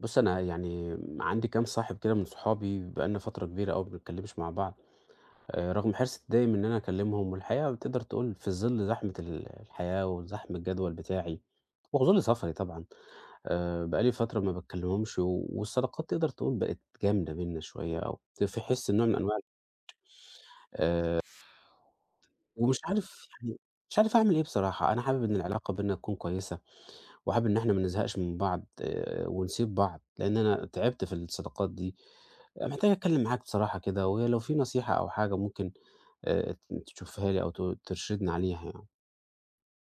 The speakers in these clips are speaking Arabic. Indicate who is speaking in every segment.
Speaker 1: بُص، أنا يعني عندي كام صاحب كده من صحابي بقى لنا فترة كبيرة أوي ما بنتكلمش مع بعض، رغم حرصي دايم إن أنا أكلمهم، والحقيقة تقدر تقول في ظل زحمة الحياة وزحم الجدول بتاعي، وظل سفري طبعًا. بقى لي فترة ما باكلمهمش، والصداقات تقدر تقول بقت جامدة بيننا شوية، أو في حس نوع من أنواع ومش عارف يعني مش عارف أعمل إيه بصراحة. أنا حابب إن العلاقة بيننا تكون كويسة، وحابب إن إحنا ما نزهقش من بعض ونسيب بعض، لإن أنا تعبت في الصداقات دي. آه، محتاج أتكلّم معاك بصراحة كده، ولو في نصيحة أو حاجة ممكن ت تشوفها لي أو ترشدني عليها يعني.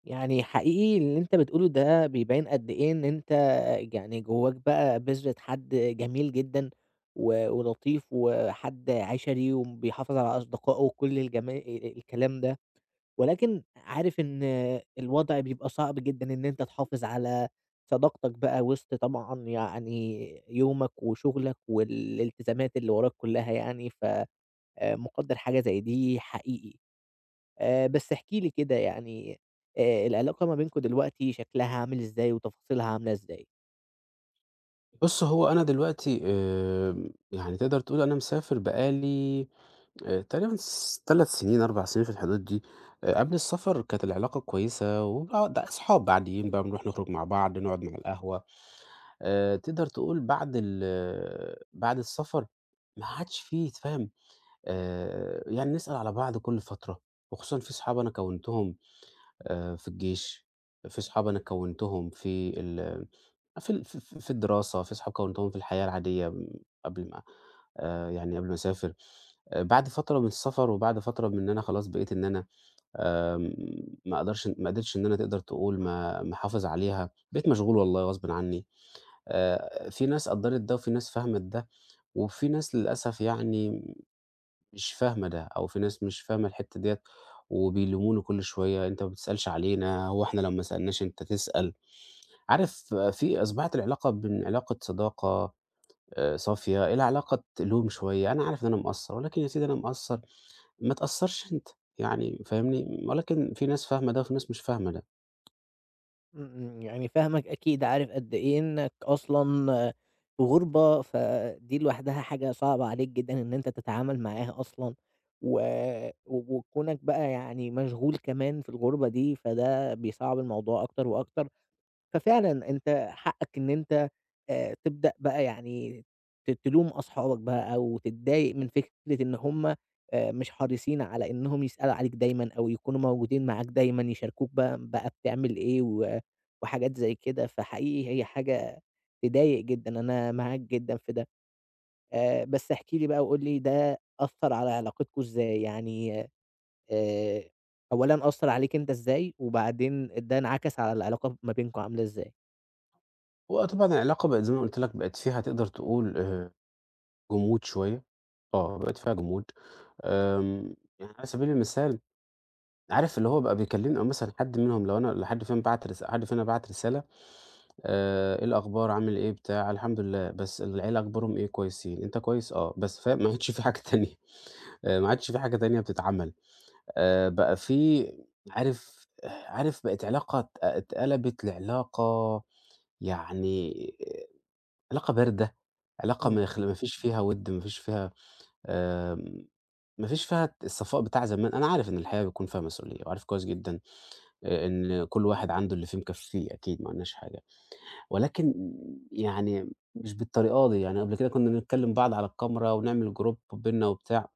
Speaker 2: يعني حقيقي اللي أنت بتقوله ده بيبين قد إيه إن أنت يعني جواك بقى بذرة حد جميل جدًا ولطيف وحد عِشَري وبيحافظ على أصدقائه وكل الجما الكلام ده، ولكن عارف إن الوضع بيبقى صعب جدًا إن أنت تحافظ على صداقتك بقى وسط طبعًا يعني يومك وشغلك والالتزامات اللي وراك كلّها يعني، ف مقدّر حاجة زي دي حقيقي. بس احكِ لي كده يعني العلاقة ما بينكم دلوقتي شكلها عامل إزاي وتفاصيلها عاملة إزاي؟
Speaker 1: بُص، هو أنا دلوقتي يعني تقدر تقول أنا مسافر بقى لي تقريبًا 3 سنين، 4 سنين في الحدود دي. قبل السفر كانت العلاقة كويسة وبقى أصحاب عاديين بقى بنروح نخرج مع بعض، نقعد مع القهوة. تقدر تقول بعد بعد السفر ما عادش في تفهم، يعني نسأل على بعض كل فترة، وخصوصًا في صحاب أنا كوّنتهم في الجيش، في صحاب أنا كوّنتهم في الدراسة، في صحاب كوّنتهم في الحياة العادية قبل ما يعني قبل ما أسافر. بعد فترة من السفر وبعد فترة من إن أنا خلاص بقيت إن أنا آمم ما قدرتش إن أنا تقدر تقول ما أحافظ عليها، بقيت مشغول والله غصبٍ عني. في ناس قدّرت ده وفي ناس فهمت ده، وفي ناس للأسف يعني مش فاهمة ده، أو في ناس مش فاهمة الحتّة ديّة وبيلوموني كل شوية، أنت ما بتسألش علينا، هو إحنا لو ما سألناش أنت تسأل؟ عارف آه، في أصبحت العلاقة من علاقة صداقة صافية إلى علاقة لوم شوية. أنا عارف إن أنا مقصّر ولكن يا سيدي أنا مقصّر، ما تقصّرش أنت، يعني فاهمني؟ ولكن في ناس فاهمة ده وفي ناس مش فاهمة ده.
Speaker 2: إمم، إمم، يعني فاهمك أكيد، عارف قد إيه إنّك أصلًا في غُربة، فدي لوحدها حاجة صعبة عليك جدًا إن أنت تتعامل معاها أصلًا و و وكونك بقى يعني مشغول كمان في الغُربة دي، فده بيصعّب الموضوع أكتر وأكتر. ففعلًا أنت حقك إن أنت تبدأ بقى يعني تلوم أصحابك بقى أو تتضايق من فكرة إن هم مش حريصين على إنهم يسألوا عليك دايمًا أو يكونوا موجودين معاك دايمًا، يشاركوك بقى بتعمل إيه وحاجات زي كده، فحقيقي هي حاجة تضايق جدًا، أنا معاك جدًا في ده. بس احكِ لي بقى وقُل لي ده أثّر على علاقتكم إزاي؟ يعني آآ أولًا أثّر عليك أنت إزاي؟ وبعدين ده انعكس على العلاقة ما بينكم عاملة إزاي؟
Speaker 1: وطبعًا العلاقة بقت زي ما قُلت لك بقت فيها تقدر تقول جمود شوية، آه بقت فيها جمود. آمم، يعني على سبيل المثال عارف اللي هو بقى بيكلمني أو مثلًا حد منهم لو أنا لو حد فيهم بعت رسا حد فينا بعت رسالة إيه الأخبار، عامل إيه، بتاع، الحمد لله، بس العيلة أخبارهم إيه، كويسين، أنت كويس، آه، بس فاهم ما عادش في حاجة تانية. ما عادش في حاجة تانية بتتعمل، بقى في عارف بقت علاقة اتقلبت لعلاقة يعني آه، علاقة باردة، علاقة
Speaker 2: إمم.
Speaker 1: ما فيش فيها وِد، ما فيش فيها آمم ما فيش فيها الصفاء بتاع زمان. أنا عارف إن الحياة بيكون فيها مسؤولية، وعارف كويس جدًا إن كل واحد عنده اللي فيه مكفّيه أكيد ما قلناش حاجة، ولكن يعني مش بالطريقة دي. يعني قبل كده كنا بنتكلّم بعض على الكاميرا ونعمل جروب بيننا وبتاع،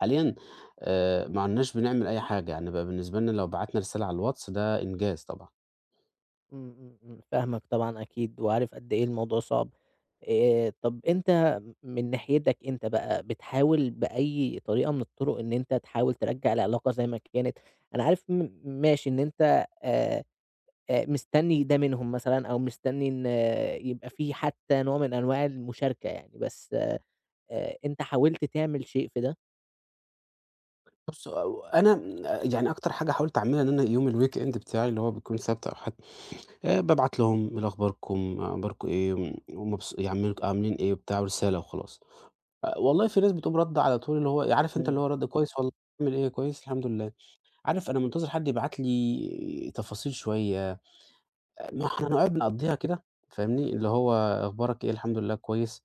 Speaker 1: حاليًا ما عدناش بنعمل أي حاجة، يعني بقى بالنسبة لنا لو بعتنا رسالة على الواتس ده إنجاز طبعًا.
Speaker 2: فاهمك طبعًا أكيد، وعارف قد إيه الموضوع صعب. طب أنت من ناحيتك أنت بقى، بتحاول بأي طريقة من الطرق إن أنت تحاول ترجّع العلاقة زي ما كانت؟ أنا عارف ماشي إن أنت مستني ده منهم مثلًا أو مستني إن يبقى في حتى نوع من أنواع المشاركة يعني، بس أنت حاولت تعمل شيء في ده؟
Speaker 1: بُص أو أنا يعني أكتر حاجة حاولت أعملها إن أنا يوم الweekend بتاعي اللي هو بيكون سبت أو حد بابعت لهم إيه أخباركم، أخباركم إيه، م ومبس يعملوا عاملين إيه وبتاع ورسالة وخلاص. والله في ناس بتقوم راضدة على طول اللي هو عارف أنت اللي
Speaker 2: إمم،
Speaker 1: هو رَد كويس والله، عامل إيه، كويس الحمد لله. عارف أنا منتظر حد يبعت لي تفاصيل شوية، ما إحنا هنقعد بنقضيها كده فاهمني، اللي هو أخبارك إيه، الحمد لله كويس.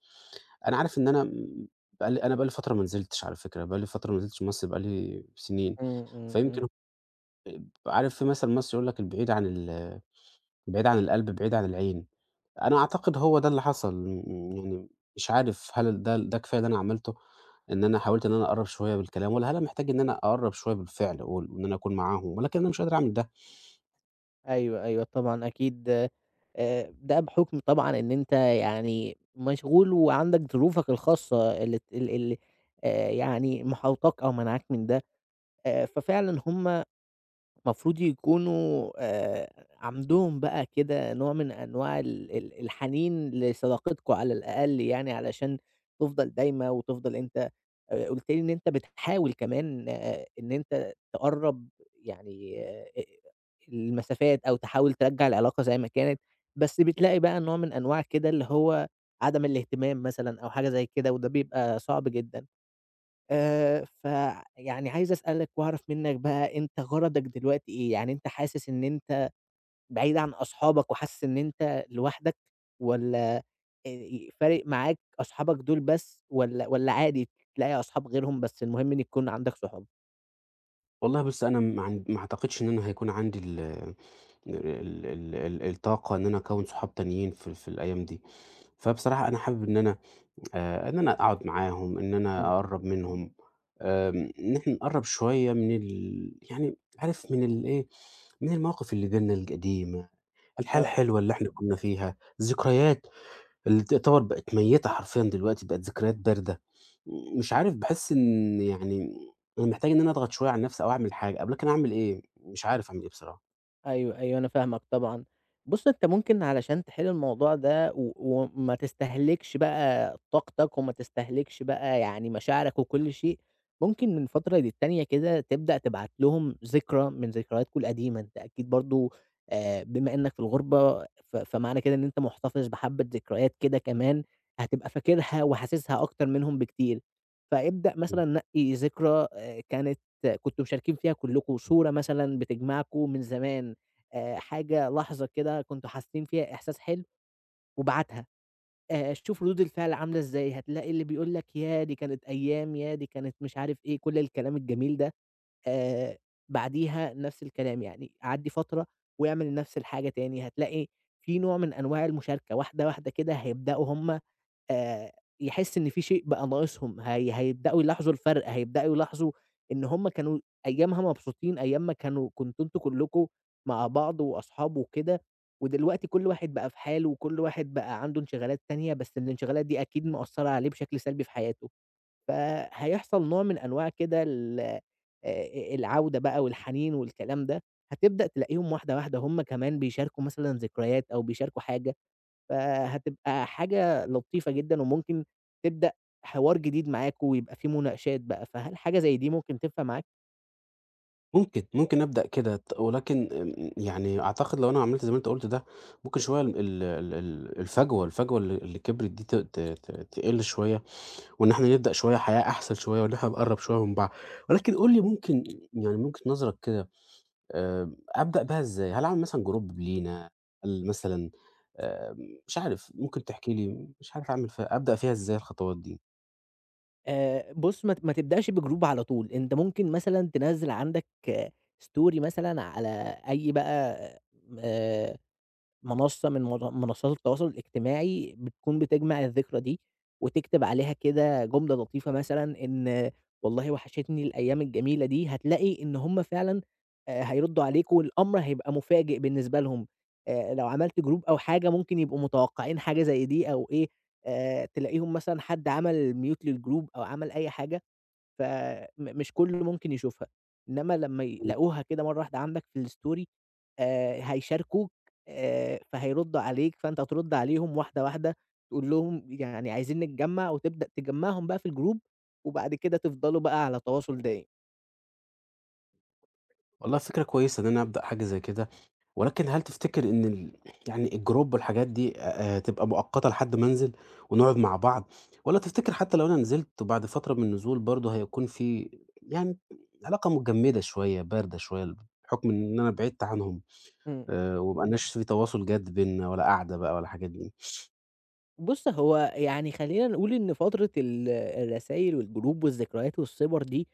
Speaker 1: أنا عارف إن أنا بقى لي أنا بقى لي فترة ما نزلتش على فكرة، بقى لي فترة ما نزلتش مصر بقى لي سنين،
Speaker 2: إمم، إمم، إمم.
Speaker 1: فيمكن عارف في مثل مصري يقول لك البعيد عن البعيد عن القلب بعيد عن العين. أنا أعتقد هو ده اللي حصل، يعني مش عارف هل ده كفاية اللي أنا عملته، إن أنا حاولت إن أنا أقرّب شوية بالكلام، والّا هل أنا محتاج إن أنا أقرّب شوية بالفعل وإن أنا أكون معاهم، ولكن أنا مش قادر أعمل ده.
Speaker 2: أيوه، أيوه طبعًا أكيد ده بحُكم طبعًا إن أنت يعني مشغول وعندك ظروفك الخاصة اللي ت ال اللي يعني محاوطاك أو مانعاك من ده، ففعلًا هُم المفروض يكونوا عندهم بقى كده نوع من أنواع ال ال الحنين لصداقتكم على الأقل يعني علشان تفضل دايمة وتفضل أنت قُلت لي إن أنت بتحاول كمان إن أنت تقرّب يعني المسافات أو تحاول ترجّع العلاقة زي ما كانت، بس بتلاقي بقى نوع من أنواع كده اللي هو عدم الاهتمام مثلًا أو حاجة زي كده وده بيبقى صعب جدًا. فيعني عايز أسألك وأعرف منّك بقى أنت غرضك دلوقتي إيه؟ يعني أنت حاسس إن أنت بعيد عن أصحابك وحاسس إن أنت لوحدك والّا فارق معاك أصحابك دول بس والّا عادي تلاقي أصحاب غيرهم بس المهم إن يكون عندك صحاب؟
Speaker 1: والله بُص أنا ما أعتقدش إن أنا هيكون عندي ال ال ال ال الطاقة إن أنا أكوّن صحاب تانيين في الأيام دي. فبصراحة أنا حابب إن أنا إن أنا أقعد معاهم، إن
Speaker 2: إمم،
Speaker 1: أنا أقرّب منهم، إن إحنا نقرّب شوية من يعني عارف من الإيه، من المواقف اللي بيننا القديمة. الحياة
Speaker 2: آه.
Speaker 1: الحلوة اللي إحنا كنا فيها، الذكريات اللي تعتبر بقت ميّتة حرفيًا دلوقتي، بقت ذكريات باردة. مش عارف باحس إن يعني أنا محتاج إن أنا أضغط شوية على نفسي أو أعمل حاجة، طب لكن أعمل إيه؟ مش عارف أعمل إيه بصراحة.
Speaker 2: أيوه، أيوه، أنا فاهمك طبعًا. بُص، أنت ممكن علشان تحل الموضوع ده وما تستهلكش بقى طاقتك وما تستهلكش بقى يعني مشاعرك وكل شيء، ممكن من فترة للتانية كده تبدأ تبعت لهم ذكرى من ذكرياتكم القديمة. أنت أكيد برضه بما إنك في الغربة فمعنى كده إن أنت محتفظ بحبة ذكريات كده كمان هتبقى فاكرها وحاسسها أكتر منهم بكتير. فابدأ
Speaker 1: إمم.
Speaker 2: مثلًا نقي ذكرى كنتم مشاركين فيها كلكم، صورة مثلًا بتجمعكم من زمان. حاجة لحظة كده كنتم حاسين فيها إحساس حلو وابعتها، شوف ردود الفعل عاملة إزاي، هتلاقي اللي بيقول لك ياه! دي كانت أيام، ياه! دي كانت مش عارف إيه، كل الكلام الجميل ده، آآ بعديها نفس الكلام، يعني عدّي فترة واعمل نفس الحاجة تاني، هتلاقي في نوع من أنواع المشاركة، واحدة واحدة كده هيبدأوا هُم آآ يحس إن في شيء بقى ناقصهم، هيبدأوا يلاحظوا الفرق، هيبدأوا يلاحظوا إن هم كانوا أيامها مبسوطين، أيام ما كنتم أنتم كلكم مع بعض وأصحاب وكده، ودلوقتي كل واحد بقى في حاله، وكل واحد بقى عنده انشغالات تانية، بس الانشغالات دي أكيد مأثّرة عليه بشكل سلبي في حياته، فهيحصل نوع من أنواع كده ال العودة بقى والحنين والكلام ده، هتبدأ تلاقيهم واحدة واحدة هم كمان بيشاركوا مثلًا ذكريات أو بيشاركوا حاجة. فهتبقى حاجة لطيفة جدًا وممكن تبدأ حوار جديد معاكم ويبقى في مناقشات بقى، فهل حاجة زي دي ممكن تنفع معاك؟
Speaker 1: ممكن، ممكن أبدأ كده ولكن يعني أعتقد لو أنا عملت زي ما أنت قُلت ده، ممكن شوية ال ال ال ال الفجوة اللي كبرت دي ت ت ت تقل شوية، وإن إحنا نبدأ شوية حياة أحسن شوية، وإن إحنا نقرّب شوية من بعض. ولكن قُل لي ممكن يعني من وجهة نظرك كده أبدأ بها إزاي؟ هل أعمل مثلًا جروب لينا؟ هل مثلًا آآ مش عارف، ممكن تحكي لي مش عارف أعمل فيها أبدأ فيها إزاي الخطوات دي؟
Speaker 2: بُص، ما تبدأش بجروب على طول، أنت ممكن مثلًا تنزّل عندك story مثلًا على أي بقى آآ منصة من منصات التواصل الاجتماعي بتكون بتجمع الذكرى دي، وتكتب عليها كده جملة لطيفة مثلًا إن والله وحشتني الأيام الجميلة دي، هتلاقي إن هم فعلًا هيردّوا عليك والأمر هيبقى مفاجئ بالنسبة لهم، لو عملت جروب أو حاجة ممكن يبقوا متوقعين حاجة زي دي أو إيه، تلاقيهم مثلًا حد عمل mute للجروب أو عمل أي حاجة، مش كُلّه ممكن يشوفها، إنما لمّا
Speaker 1: إمم.
Speaker 2: يلاقوها كده مرّة واحدة عندك في الstory هيشاركوك فهيردّوا عليك، فأنت هترُد عليهم واحدة، واحدة، تقول لهم يعني عايزين نتجمّع وتبدأ تجمّعهم بقى في الجروب، وبعد كده تفضلوا بقى على تواصل دايم.
Speaker 1: والله فكرة كويسة إن أنا أبدأ حاجة زي كده، ولكن هل تفتكر إن يعني الجروب والحاجات دي تبقى مؤقتة لحد ما أنزل ونقعد مع بعض، والّا تفتكر حتى لو أنا نزلت وبعد فترة من النزول برضه هيكون في يعني علاقة متجمدة شوية، باردة شوية، بحكم إن أنا بعدت عنهم
Speaker 2: إمم.
Speaker 1: وما بقيناش في تواصل جاد بيننا ولا قعدة بقى ولا الحاجات دي؟
Speaker 2: بُص، هو يعني خلّينا نقول إن فترة الرسايل والجروب والذكريات والصِبَر دي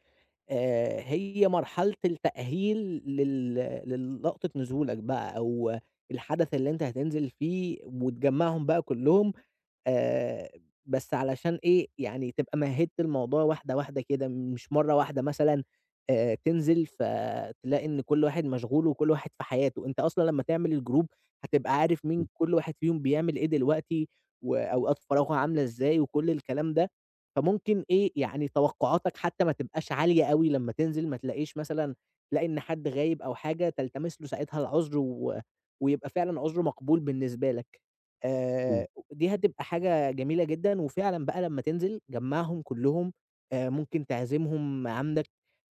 Speaker 2: هي مرحلة التأهيل لل للقطة نزولك بقى أو الحدث اللي أنت هتنزل فيه وتجمّعهم بقى كُلّهم آآ بس علشان إيه، يعني تبقى مهِّدت الموضوع واحدة، واحدة كده، مش مرّة واحدة مثلًا تنزل فتلاقي إن كل واحد مشغول وكل واحد في حياته، أنت أصلًا لمّا تعمل الجروب هتبقى عارف مين
Speaker 1: إمم.
Speaker 2: كل واحد فيهم بيعمل إيه دلوقتي وأوقات فراغه عاملة إزاي وكل الكلام ده، فممكن إيه، يعني توقعاتك حتى ما تبقاش عالية أوي لمّا تنزل، ما تلاقيش مثلًا تلاقي إن حد غايب أو حاجة تلتمس له ساعتها العُذر ويبقى فعلًا عُذره مقبول بالنسبة لك.
Speaker 1: إمم.
Speaker 2: آآ دي هتبقى حاجة جميلة جدًا، وفعلًا بقى لمّا تنزل جمّعهم كلّهم، ممكن تعزمهم عندك،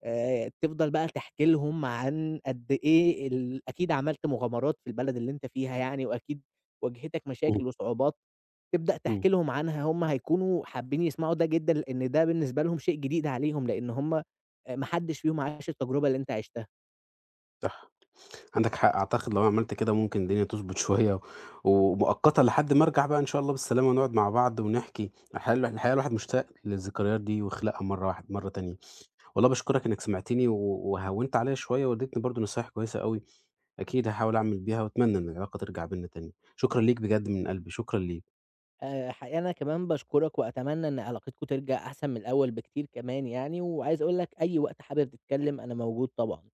Speaker 2: تفضل بقى تحكي لهم عن قد إيه أكيد عملت مغامرات في البلد اللي أنت فيها يعني، وأكيد واجهتك
Speaker 1: إمم،
Speaker 2: مشاكل وصعوبات، تبدأ
Speaker 1: إمم،
Speaker 2: تحكي لهم عنها، هم هيكونوا حابين يسمعوا ده جدًا، لإن ده بالنسبة لهم شيء جديد عليهم، لإن هم ما حدش فيهم عاش التجربة اللي أنت عِشتها.
Speaker 1: صح، عندك حق، أعتقد لو عملت كده ممكن الدنيا تضبط شوية، و- ومؤقتًا لحد ما أرجع بقى إن شاء الله بالسلامة ونقعد مع بعض ونحكي. الحقيقة الحقيقة الواحد مشتاق للذكريات دي وخلقها مرة مرة تانية. والله باشكرك إنك سمعتني وهوّنت عليَّ شوية واديتني برضه نصايح كويسة أوي، أكيد هاحاول أعمل بيها وأتمنى إن العلاقة ترجع بيننا تاني. شكرًا ليك بجد من قلبي، شكرًا ليك.
Speaker 2: حقيقة أنا كمان باشكرك وأتمنى إن علاقتكم ترجع أحسن من الأول بكتير كمان يعني، وعايز أقول لك أي وقت حابب تتكلم أنا موجود طبعًا.